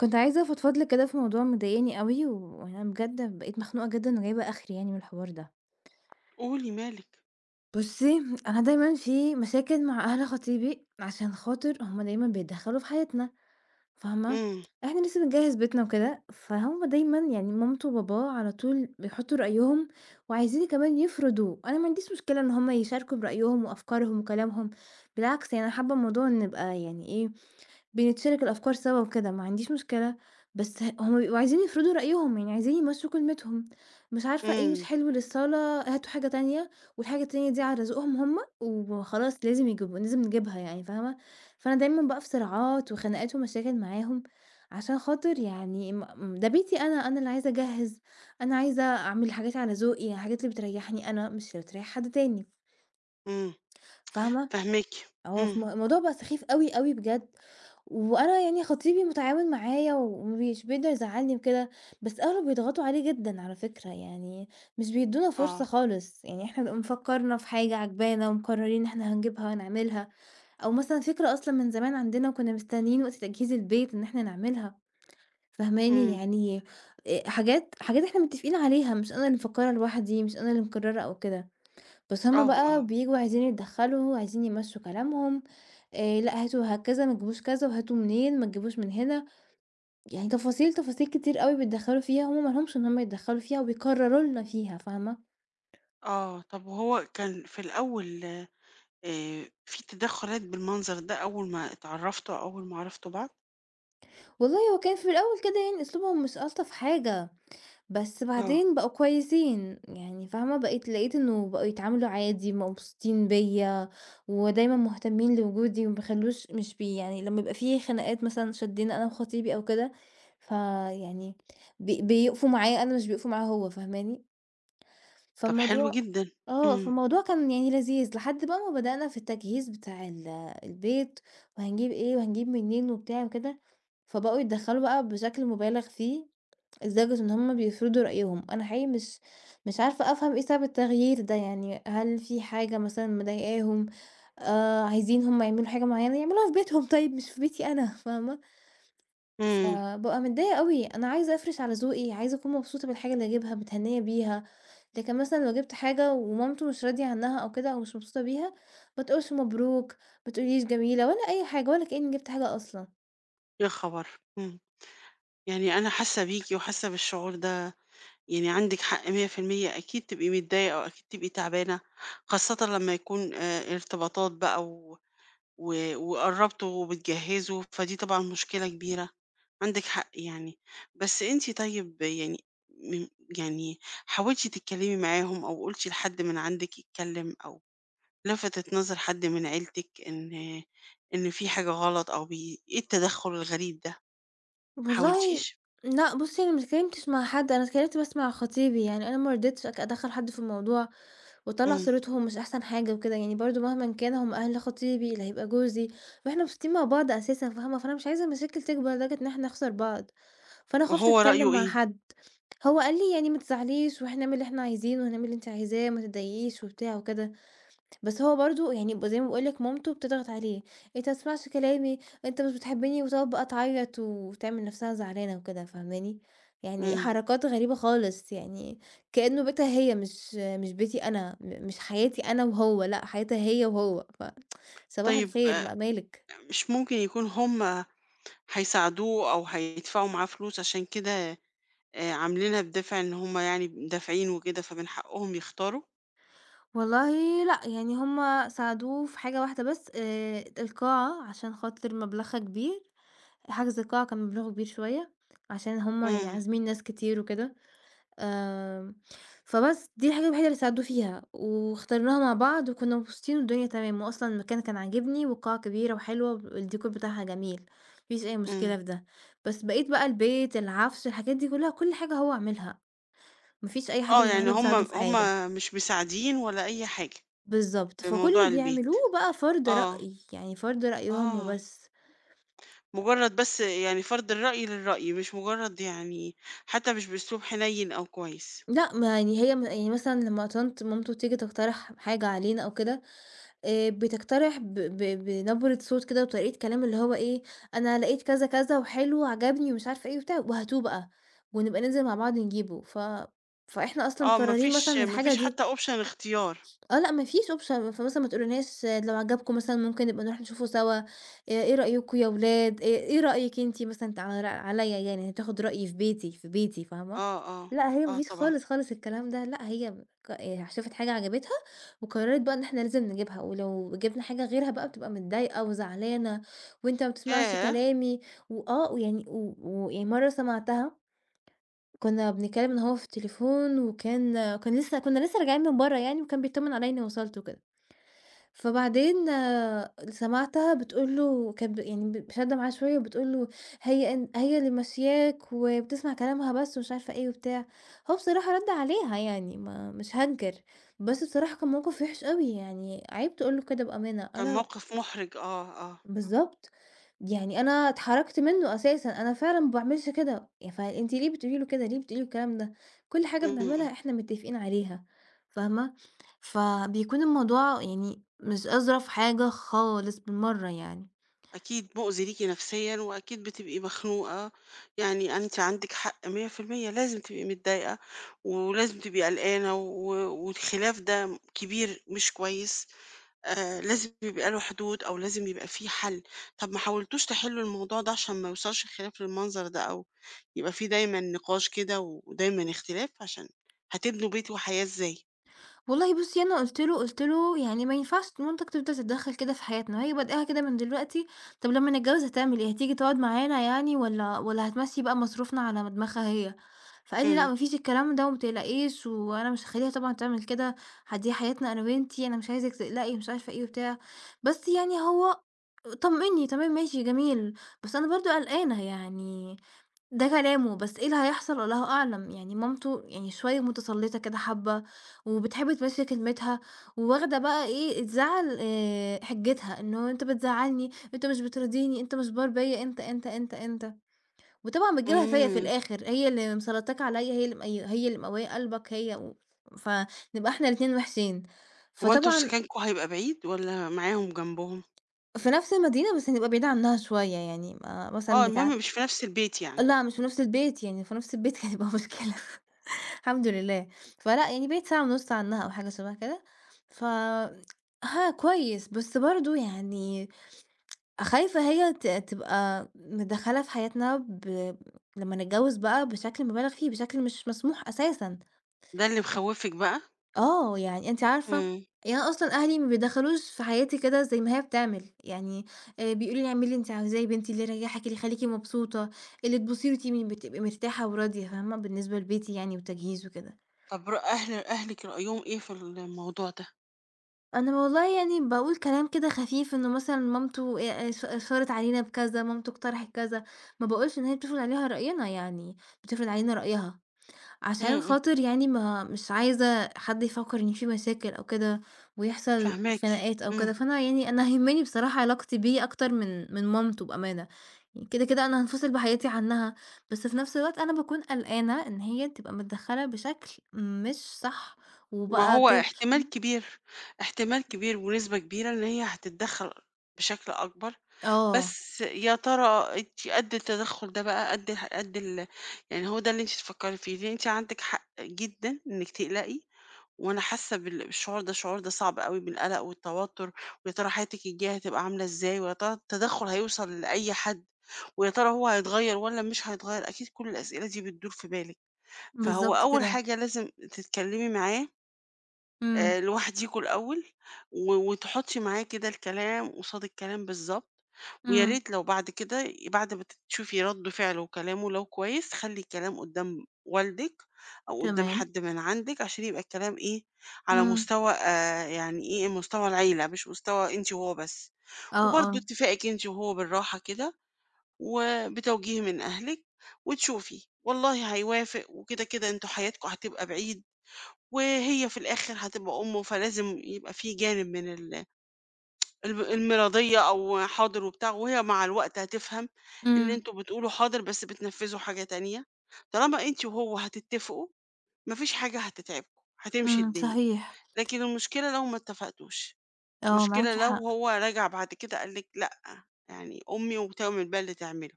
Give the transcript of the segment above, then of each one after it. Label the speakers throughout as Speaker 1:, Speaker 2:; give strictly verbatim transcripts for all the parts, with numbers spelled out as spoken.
Speaker 1: كنت عايزة أفضفض لك كده في موضوع مضايقني أوي، وأنا بجد بقيت مخنوقة جدًا وجايبة آخري يعني من الحوار ده.
Speaker 2: قولي مالِك.
Speaker 1: بُصّي، أنا دايمًا في مشاكل مع أهل خطيبي عشان خاطر هُم دايمًا بيتدخلوا في حياتنا، فاهمة؟
Speaker 2: إمم،
Speaker 1: إحنا لسه بنجهّز بيتنا وكده، فهُم دايمًا يعني مامته وباباه على طول بيحطوا رأيهم وعايزين كمان يفرضوه. أنا ما عنديش مشكلة إن هُم يشاركوا برأيهم وأفكارهم وكلامهم، بالعكس يعني أنا حابة الموضوع إن نبقى يعني إيه، بنتشارك الأفكار سوا وكده، ما عنديش مشكلة، بس ه هُم بيبقوا عايزين يفرضوا رأيهم، يعني عايزين يمشّوا كلمتهم، مش عارفة إيه مش
Speaker 2: إمم،
Speaker 1: حلو للصالة هاتوا حاجة تانية، والحاجة التانية دي على رزقهم هُم، وخلاص لازم يجيبوا لازم نجيبها يعني فاهمة؟ فأنا دايمًا بقى في صراعات وخناقات ومشاكل معاهم، عشان خاطر يعني م م ده بيتي أنا، أنا اللي عايزة أجهّز، أنا عايزة أعمل الحاجات على ذوقي، الحاجات اللي بتريحني أنا مش اللي بتريح حد تاني،
Speaker 2: إمم،
Speaker 1: فاهمة؟
Speaker 2: فاهماكِ.
Speaker 1: آه،
Speaker 2: إمم،
Speaker 1: فم الموضوع بقى سخيف أوي، أوي بجد. وأنا يعني خطيبي متعاون معايا ومش بيقدر يزعّلني وكده، بس أهله بيضغطوا عليه جدًا على فكرة، يعني مش بيدّونا فرصة
Speaker 2: آه،
Speaker 1: خالص، يعني إحنا بنبقى مفكّرنا في حاجة عاجبانا ومقرّرين إن إحنا هنجيبها ونعملها، أو مثلًا فكرة أصلًا من زمان عندنا وكُنّا مستنيين وقت تجهيز البيت إن إحنا نعملها، فاهماني؟
Speaker 2: إمم،
Speaker 1: يعني آآ حاجات حاجات إحنا متّفقين عليها، مش أنا اللي مفكّرة لوحدي، مش أنا اللي مقرّرة أو كده. بس هُم
Speaker 2: آه، آه،
Speaker 1: بقى بييجوا عايزين يتدخّلوا، عايزين يمشّوا كلامهم، آآ لأ هاتوا ه كذا، ما تجيبوش كذا، وهاتوا منين، ما تجيبوش من هنا، يعني تفاصيل، تفاصيل كتير أوي بيتدخّلوا فيها، هُم ما لهمش إن هُم يتدخّلوا فيها وبيكرّروا لنا فيها، فاهمة؟
Speaker 2: آه، طب وهو كان في الأول آآ في تدخُّلات بالمنظر ده أول ما اتعرّفتوا أو أول ما عرفتوا بعض؟
Speaker 1: والله هو كان في الأول كده يعني أسلوبهم مش ألطف حاجة. بس
Speaker 2: آه،
Speaker 1: بعدين بقوا كويسين، يعني فاهمة، بقيت لقيت إنه بقوا يتعاملوا عادي، مبسوطين بيّا، ودايمًا مهتمين لوجودي، وما بيخلّوش مش بي يعني لمّا يبقى في خناقات مثلًا شدّينا أنا وخطيبي أو كده، فيعني بي بيقفوا معايا أنا، مش بيقفوا معاه هو، فاهماني؟
Speaker 2: طب حلو
Speaker 1: فالموضوع
Speaker 2: جدًا.
Speaker 1: آه،
Speaker 2: إمم،
Speaker 1: فالموضوع كان يعني لذيذ لحد بقى ما بدأنا في التجهيز بتاع ال البيت، وهنجيب إيه، وهنجيب منين، وبتاع وكده، فبقوا يتدخّلوا بقى بشكل مُبالغ فيه. لدرجة إن هُم بيفرضوا رأيهم، أنا حقيقي مش مش عارفة أفهم إيه سبب التغيير ده، يعني هل في حاجة مثلًا مضايقاهم، آآ عايزين هُم يعملوا حاجة معيّنة يعملوها في بيتهم طيب مش في بيتي أنا، فاهمة؟
Speaker 2: إمم،
Speaker 1: فبابقى متضايقة أوي، أنا عايزة أفرِش على ذوقي، عايزة أكون مبسوطة بالحاجة اللي أجيبها، متهنية بيها، لكن مثلًا لو جِبت حاجة ومامته مش راضية عنها أو كده أو مش مبسوطة بيها، ما تقولش مبروك، ما تقوليش جميلة ولا أي حاجة، ولا كإني جِبت حاجة أصلًا.
Speaker 2: يا خبر! إمم، يعني أنا حاسة بيكِ وحاسة بالشعور ده، يعني عندِك حق مية في المية أكيد تبقي متضايقة وأكيد تبقي تعبانة، خاصةً لمّا يكون آآ ارتباطات بقى و و وقرّبتُه وبتجهّزه، فدي طبعًا مشكلة كبيرة، عندِك حق يعني. بس أنتِ طيب يعني م يعني حاولتِ تتكلّمي معاهم أو قُلتِ لحد من عندِك يتكلّم أو لَفَتِت نظر حد من عيلتِك إن إن في حاجة غلط أو بي إيه التدخُّل الغريب ده، ما
Speaker 1: والله
Speaker 2: حاولتيش؟
Speaker 1: لأ بُصّي، أنا ما اتكلمتش مع حد، أنا اتكلمت بس مع خطيبي، يعني أنا ما رضيتش أك أدخّل حد في الموضوع وأطلّع
Speaker 2: إمم.
Speaker 1: صورتهم مش أحسن حاجة وكده، يعني برضه مهمًا كان هم أهل خطيبي اللي هيبقى جوزي، وإحنا مبسوطين مع بعض أساسًا فاهمة، فأنا مش عايزة المشاكل تكبر لدرجة إن إحنا نخسر بعض، فأنا خُفت
Speaker 2: وهو
Speaker 1: أتكلم
Speaker 2: رأيه
Speaker 1: مع
Speaker 2: إيه؟
Speaker 1: حد، هو قال لي يعني: "ما تزعليش وإحنا نعمل اللي إحنا عايزينه، هنعمل اللي أنتِ عايزاه، ما تضايقيش." وبتاع وكده. بس هو برضه يعني ب زي ما باقول لك مامته بتضغط عليه، "إيه، أنت ما بتسمعش كلامي، أنت مش بتحبني، وتقعد بقى تعيط وتعمل نفسها زعلانة وكده فاهماني، يعني
Speaker 2: إمم.
Speaker 1: حركات غريبة خالص يعني كأنه بيتها هي مش مش بيتي أنا، م مش حياتي أنا وهو، لأ حياتها هي وهو، فصباح
Speaker 2: طيب
Speaker 1: الخير
Speaker 2: آه،
Speaker 1: بقى مالِك؟
Speaker 2: مش ممكن يكون هم هيساعدوه أو هيدفعوا معاه فلوس عشان كده آآ عاملينها بدافع إن هُم يعني دافعين وكده، فمن حقهم يختاروا؟
Speaker 1: والله لأ، يعني هُم ساعدوه في حاجة واحدة بس آآ، القاعة عشان خاطر مبلغها كبير، حجز القاعة كان مبلغه كبير شوية، عشان هُم يعني
Speaker 2: إمم،
Speaker 1: عازمين ناس كتير وكده. آمم، فبس دي الحاجة الوحيدة اللي ساعدوه فيها، واخترناها مع بعض وكنا مبسوطين والدنيا تمام، وأصلًا المكان كان عاجبني والقاعة كبيرة وحلوة والديكور بتاعها جميل، ما فيش أي
Speaker 2: إمم.
Speaker 1: مشكلة في ده، بس بقيت بقى البيت، العفش، الحاجات دي كلها كل حاجة هو عاملها، ما فيش أي حد
Speaker 2: آه،
Speaker 1: من
Speaker 2: يعني
Speaker 1: أهله
Speaker 2: هُم
Speaker 1: مساعده في
Speaker 2: هُم
Speaker 1: حاجة،
Speaker 2: مش مساعدين ولا أي حاجة
Speaker 1: بالضبط،
Speaker 2: في
Speaker 1: فكل
Speaker 2: موضوع
Speaker 1: اللي
Speaker 2: البيت.
Speaker 1: بيعملوه بقى فرض
Speaker 2: آه،
Speaker 1: رأي، يعني فرض رأيهم
Speaker 2: آه.
Speaker 1: وبس،
Speaker 2: مجرّد بس يعني فرض الرأي للرأي، مش مجرّد يعني حتى مش بأسلوب حنيّن أو كويس.
Speaker 1: لأ، ما يعني هي م يعني مثلًا لمّا طنط مامته تيجي تقترح حاجة علينا أو كده آآ بتقترح ب ب بنبرة صوت كده وطريقة كلام اللي هو إيه، أنا لقيت كذا، كذا وحلو وعجبني ومش عارفة إيه وبتاع وهاتوه بقى، ونبقى ننزل مع بعض نجيبه. ف فإحنا أصلًا
Speaker 2: آه، ما
Speaker 1: مقررين
Speaker 2: فيش
Speaker 1: مثلًا
Speaker 2: ما
Speaker 1: الحاجة
Speaker 2: فيش
Speaker 1: دي.
Speaker 2: حتى option اختيار.
Speaker 1: آه لأ، ما فيش option فمثلًا ما تقولولناش لو عجبكم مثلًا ممكن نبقى نروح نشوفه سوا، آآ إيه رأيكم يا ولاد، آآ إيه رأيك أنتِ مثلًا تعر عليَّ يعني تاخد رأيي في بيتي في بيتي فاهمة؟
Speaker 2: آه، آه،
Speaker 1: لأ، هي ما
Speaker 2: آه
Speaker 1: فيش
Speaker 2: طبعًا.
Speaker 1: خالص، خالص الكلام ده، لأ هي ك آآ شافت حاجة عجبتها وقررت بقى إن إحنا لازم نجيبها، ولو جبنا حاجة غيرها بقى بتبقى متضايقة وزعلانة وأنت ما بتسمعش
Speaker 2: ياه!
Speaker 1: كلامي، وآه ويعني و ويعني مرة سمعتها كنا بنتكلّم أنا وهو في التليفون وكان كان لسه كنا لسه راجعين من برّه يعني وكان بيتطمّن عليّا إنّي وصلت وكده، فبعدين آه، سمعتها بتقول له كانت ب يعني ب شادّة معاه شوية وبتقول له: "هي أن هي اللي ماشياك وبتسمع كلامها بس." ومش عارفة إيه وبتاع، هو بصراحة رَد عليها يعني ما مش هانكر، بس بصراحة كان موقِف وِحِش أوي يعني عيب تقول له كده بأمانة،
Speaker 2: كان
Speaker 1: أنا
Speaker 2: موقف مُحرِج، آه، آه.
Speaker 1: بالضبط. يعني أنا اتحرجت منّه أساسًا، أنا فعلًا ما باعملش كده، ي فأنتِ ليه بتقولي له كده، ليه بتقولي له الكلام ده؟ كل حاجة
Speaker 2: إمم، إمم.
Speaker 1: بنعملها إحنا متّفقين عليها، فاهمة؟ فبيكون الموضوع يعني مش أظرف حاجة خالص بالمرّة يعني.
Speaker 2: أكيد مؤذي ليكِ نفسيًا، وأكيد بتبقي مخنوقة، يعني أنتِ عندِك حق مية في المية لازم تبقي متضايقة، ولازم تبقي قلقانة، و والخلاف ده كبير مش كويس، آآ لازم يبقى له حدود أو لازم يبقى في حل. طب ما حاولتوش تحلوا الموضوع ده عشان ما يوصلش الخلاف للمنظر ده، أو يبقى في دايمًا نقاش كده ودايمًا اختلاف، عشان هتبنوا بيت وحياة إزاي؟
Speaker 1: والله بُصّي، أنا قُلت له قُلت له: "يعني ما ينفعش مامتك تفضل تتدخّل كده في حياتنا، هي بادئاها كده من دلوقتي، طب لمّا نتجوّز هتعمل إيه؟ هتيجي تقعد معانا يعني والّا والّا هتمشّي بقى مصروفنا على مدمخها هي؟" فقال لي: "لأ،
Speaker 2: إمم،
Speaker 1: ما فيش الكلام ده وما تقلقيش، وأنا مش هاخلّيها طبعًا تعمل كده، ح دي حياتنا أنا وأنتِ، أنا مش عايزِك تقلقي،" ومش عارفة إيه وبتاع. بس يعني هو طمّنّي، تمام ماشي جميل، بس أنا برضه قلقانة يعني ده كلامه، بس إيه اللي هيحصل الله أعلم، يعني مامته يعني شوية متسلّطة كده حبّة، وبتحب تمشي كلمتها، وواخدة بقى إيه الزعل آآ حجتها، إنه أنت بتزعّلني، أنت مش بترضيني، أنت مش بار بيّا، أنت، أنت، أنت، أنت، وطبعًا بتجيبها فيّا في
Speaker 2: إمم،
Speaker 1: الآخر، هي اللي مسلطاك عليَّ، هي اللي مأي هي اللي مقوية قلبك، هي و فنبقى إحنا الاتنين وحشين،
Speaker 2: هو أنتم
Speaker 1: فطبعًا
Speaker 2: سكنكم هيبقى بعيد والّا معاهم جنبهم؟
Speaker 1: في نفس المدينة بس نبقى بعيد عنها شوية يعني، ما
Speaker 2: آه،
Speaker 1: مثلًا بتاع
Speaker 2: المهم مش في نفس البيت يعني.
Speaker 1: لأ، مش في نفس البيت، يعني في نفس البيت كانت هتبقى مشكلة الحمد لله. فلأ، يعني بعيد ساعة ونُص عنها أو حاجة شبه كده، ف ها كويس، بس برضه يعني خايفة هي ت تبقى متدخّلة في حياتنا ب لمّا نتجوّز بقى بشكل مبالغ فيه، بشكل مش مسموح أساسًا.
Speaker 2: ده اللي مخوّفِك بقى؟
Speaker 1: آه، يعني أنتِ عارفة
Speaker 2: إمم.
Speaker 1: يعني أنا أصلًا أهلي ما بيتدخّلوش في حياتي كده زي ما هي بتعمل، يعني آآ بيقولوا لي: "اعملي اللي أنتِ عاوزاه يا بنتي، اللي يريّحِك، اللي يخلّيكِ مبسوطة، اللي تبُصي له تبقي بتبقي مرتاحة وراضية." فاهمة؟ بالنسبة لبيتي يعني وتجهيزه وكده.
Speaker 2: طب ر أهل أهلِك رأيهم إيه في الموضوع ده؟
Speaker 1: أنا والله يعني باقول كلام كده خفيف إنه مثلًا مامته آآ اش أشارت علينا بكذا، مامته اقترحت كذا، ما باقولش إن هي بتفرض عليها رأينا يعني، بتفرض علينا رأيها.
Speaker 2: إمم،
Speaker 1: عشان
Speaker 2: إمم.
Speaker 1: خاطر يعني ما مش عايزة حد يفكّر إن في مشاكل أو كده، ويحصل
Speaker 2: فاهماكِ.
Speaker 1: خناقات أو
Speaker 2: إمم.
Speaker 1: كده، فأنا يعني أنا هيهمني بصراحة علاقتي بيه أكتر من من مامته بأمانة، يعني كده، كده أنا هانفصل بحياتي عنّها، بس في نفس الوقت أنا باكون قلقانة إن هي تبقى متدخّلة بشكل مش صح،
Speaker 2: ما
Speaker 1: وبقى
Speaker 2: هو
Speaker 1: ت
Speaker 2: احتمال كبير، احتمال كبير ونسبة كبيرة إن هي هتتدخّل بشكل أكبر،
Speaker 1: آه،
Speaker 2: بس يا ترى أنتِ قد التدخُّل ده بقى، قد ح قد ال يعني هو ده اللي أنتِ تفكّري فيه، لإن أنتِ عندِك حق جدًا إنِّك تقلقي وأنا حاسة بال بالشعور ده، الشعور ده صعب أوي بالقلق والتوتر، ويا ترى حياتِك الجاية هتبقى عاملة إزاي، ويا ترى التدخُّل هيوصل لأي حد، ويا ترى هو هيتغيّر والّا مش هيتغيّر، أكيد كل الأسئلة دي بتدور في بالِك. فهو
Speaker 1: بالضبط
Speaker 2: أول
Speaker 1: كده،
Speaker 2: حاجة لازم تتكلمي معاه
Speaker 1: إمم،
Speaker 2: آآ لوحديكم الأول، و وتحطّي معاه كده الكلام قصاد الكلام بالضبط، ويا
Speaker 1: إمم،
Speaker 2: ريت لو بعد كده ي بعد ما ت تشوفي رَد فعله وكلامه لو كويس، خلّي الكلام قدّام والدِك أو قدّام
Speaker 1: تمام،
Speaker 2: حد من عندِك عشان يبقى الكلام إيه، على
Speaker 1: إمم،
Speaker 2: مستوى آآ يعني إيه، مستوى العيلة مش مستوى أنتِ وهو بس،
Speaker 1: آه،
Speaker 2: وبرضه
Speaker 1: آه،
Speaker 2: اتفاقِك أنتِ وهو بالراحة كده، وبتوجيه من أهلِك وتشوفي، والله هيوافق وكده، كده أنتم حياتكم هتبقى بعيد وهي في الآخر هتبقى أمه، فلازم يبقى في جانب من ال الب المِراضيّة أو حاضر وبتاع، وهي مع الوقت هتفهم إن
Speaker 1: إمم،
Speaker 2: أنتم بتقولوا حاضر بس بتنفّذوا حاجة تانية، طالما أنتِ وهو هتتّفقوا ما فيش حاجة هتتعبكم، هتمشي
Speaker 1: إمم،
Speaker 2: الدنيا،
Speaker 1: صحيح،
Speaker 2: لكن المشكلة لو ما اتّفقتوش،
Speaker 1: آه
Speaker 2: المشكلة
Speaker 1: معاكِ حق.
Speaker 2: لو هو رجع بعد كده قال لِك لأ، يعني أمي وتعمل بقى اللي تعمله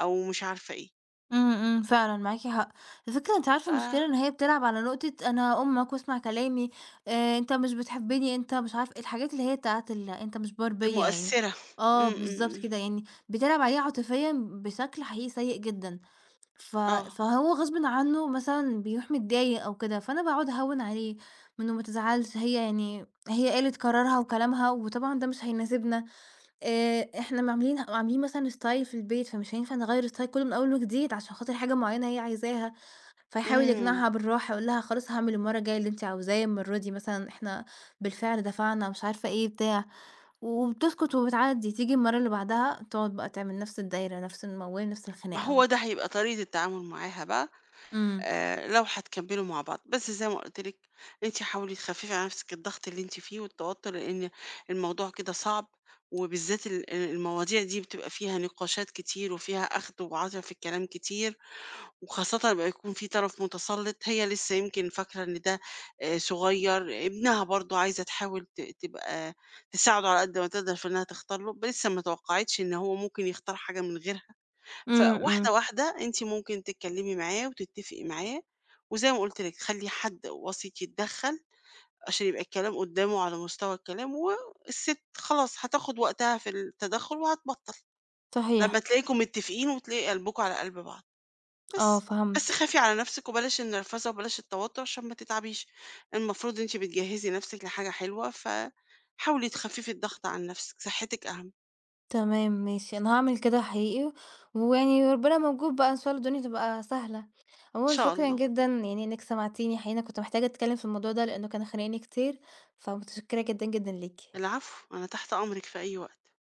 Speaker 2: أو مش عارفة إيه،
Speaker 1: إمم، إمم، فعلًا معاكِ حق. الفكرة أنتِ عارفة المشكلة إن هي بتلعب على نقطة أنا أمك واسمع كلامي، آآ، أنت مش بتحبني، أنت مش عارفة الحاجات اللي هي بتاعة ال أنت مش باربية يعني.
Speaker 2: فالمؤثّرة. إمم،
Speaker 1: آه،
Speaker 2: إمم،
Speaker 1: بالضبط
Speaker 2: إمم،
Speaker 1: كده، يعني بتلعب عليه عاطفيًا بشكل حقيقي سيء جدًا. ف
Speaker 2: آه،
Speaker 1: فهو غصبٍ عنه مثلًا بيروح متضايق أو كده، فأنا باقعد أهوّن عليه، إنه ما تزعلش، هي يعني هي قالت قرارها وكلامها، وطبعًا ده مش هيناسبنا. آآ، إحنا عاملين عاملين مثلًا style في البيت، فمش هينفع نغيّر الstyle كلّه من أول وجديد عشان خاطر حاجة معيّنة هي عايزاها، فيحاول
Speaker 2: إمم.
Speaker 1: يقنعها بالراحة، يقول لها خلاص هاعمل المرّة الجاية اللي أنتِ عاوزاه، المرّة دي مثلًا إحنا بالفعل دفعنا مش عارفة إيه بتاع، وبتسكت وبتعدّي، تيجي المرّة اللي بعدها تقعد بقى تعمل نفس الدايرة، نفس الموال، نفس
Speaker 2: هو
Speaker 1: الخناقة.
Speaker 2: ده هيبقى طريقة التعامل معاها بقى
Speaker 1: إمم.
Speaker 2: آآ، لو هتكمّلوا مع بعض، بس زي ما قُلت لِك أنتِ حاولي تخفّفي على نفسِك الضغط اللي أنتِ فيه والتوتُّر، لإن الموضوع كده صعب، وبالذات ال آآ، المواضيع دي بتبقى فيها نقاشات كتير وفيها أخْد وعَطْا في الكلام كتير، وخاصةً لمّا يكون في طرف متسلّط، هي لسه يمكن فاكرة إن ده آآ، صغير، ابنها برضه عايزة تحاول ت تبقى تساعده على قد ما تقدر في إنها تختار له، ب لسه ما توقّعتش إن هو ممكن يختار حاجة من غيرها.
Speaker 1: إمم،
Speaker 2: فواحدة،
Speaker 1: إمم،
Speaker 2: واحدة أنتِ ممكن تتكلمي معاه وتتفقي معاه، وزي ما قُلت لِك خلّي حد وسيط يتدخّل عشان يبقى الكلام قدّامه على مستوى الكلام، والسِت خلاص هتاخد وقتها في التدخّل وهتبطّل، لمّا
Speaker 1: صحيح،
Speaker 2: تلاقيكم متّفقين وتلاقي قلبكم على قلب بعض،
Speaker 1: آه
Speaker 2: بس. بس
Speaker 1: فهمت.
Speaker 2: خافي على نَفْسِك وبلاش النرفزة وبلاش التوتُّر عشان ما تتعبيش، المفروض أنتِ بتجهّزي نَفْسِك لحاجة حلوة، فحاولي تخفّفي الضغط عن نَفْسِك، صحّتِك أهم.
Speaker 1: تمام ماشي، أنا هاعمل كده حقيقي، ويعني وربنا موجود بقى إن شاء الله الدنيا تبقى سهلة.
Speaker 2: إن
Speaker 1: عمومًا
Speaker 2: شاء
Speaker 1: شكرًا
Speaker 2: الله.
Speaker 1: جدًا يعني إنِّك سمعتيني، حقيقي أنا كنت محتاجة أتكلّم في الموضوع ده لإنه كان خانقني كتير، فمتشكرة جدًا، جدًا ليكِ.
Speaker 2: العفو، أنا تحت أمرِك في أي وقت.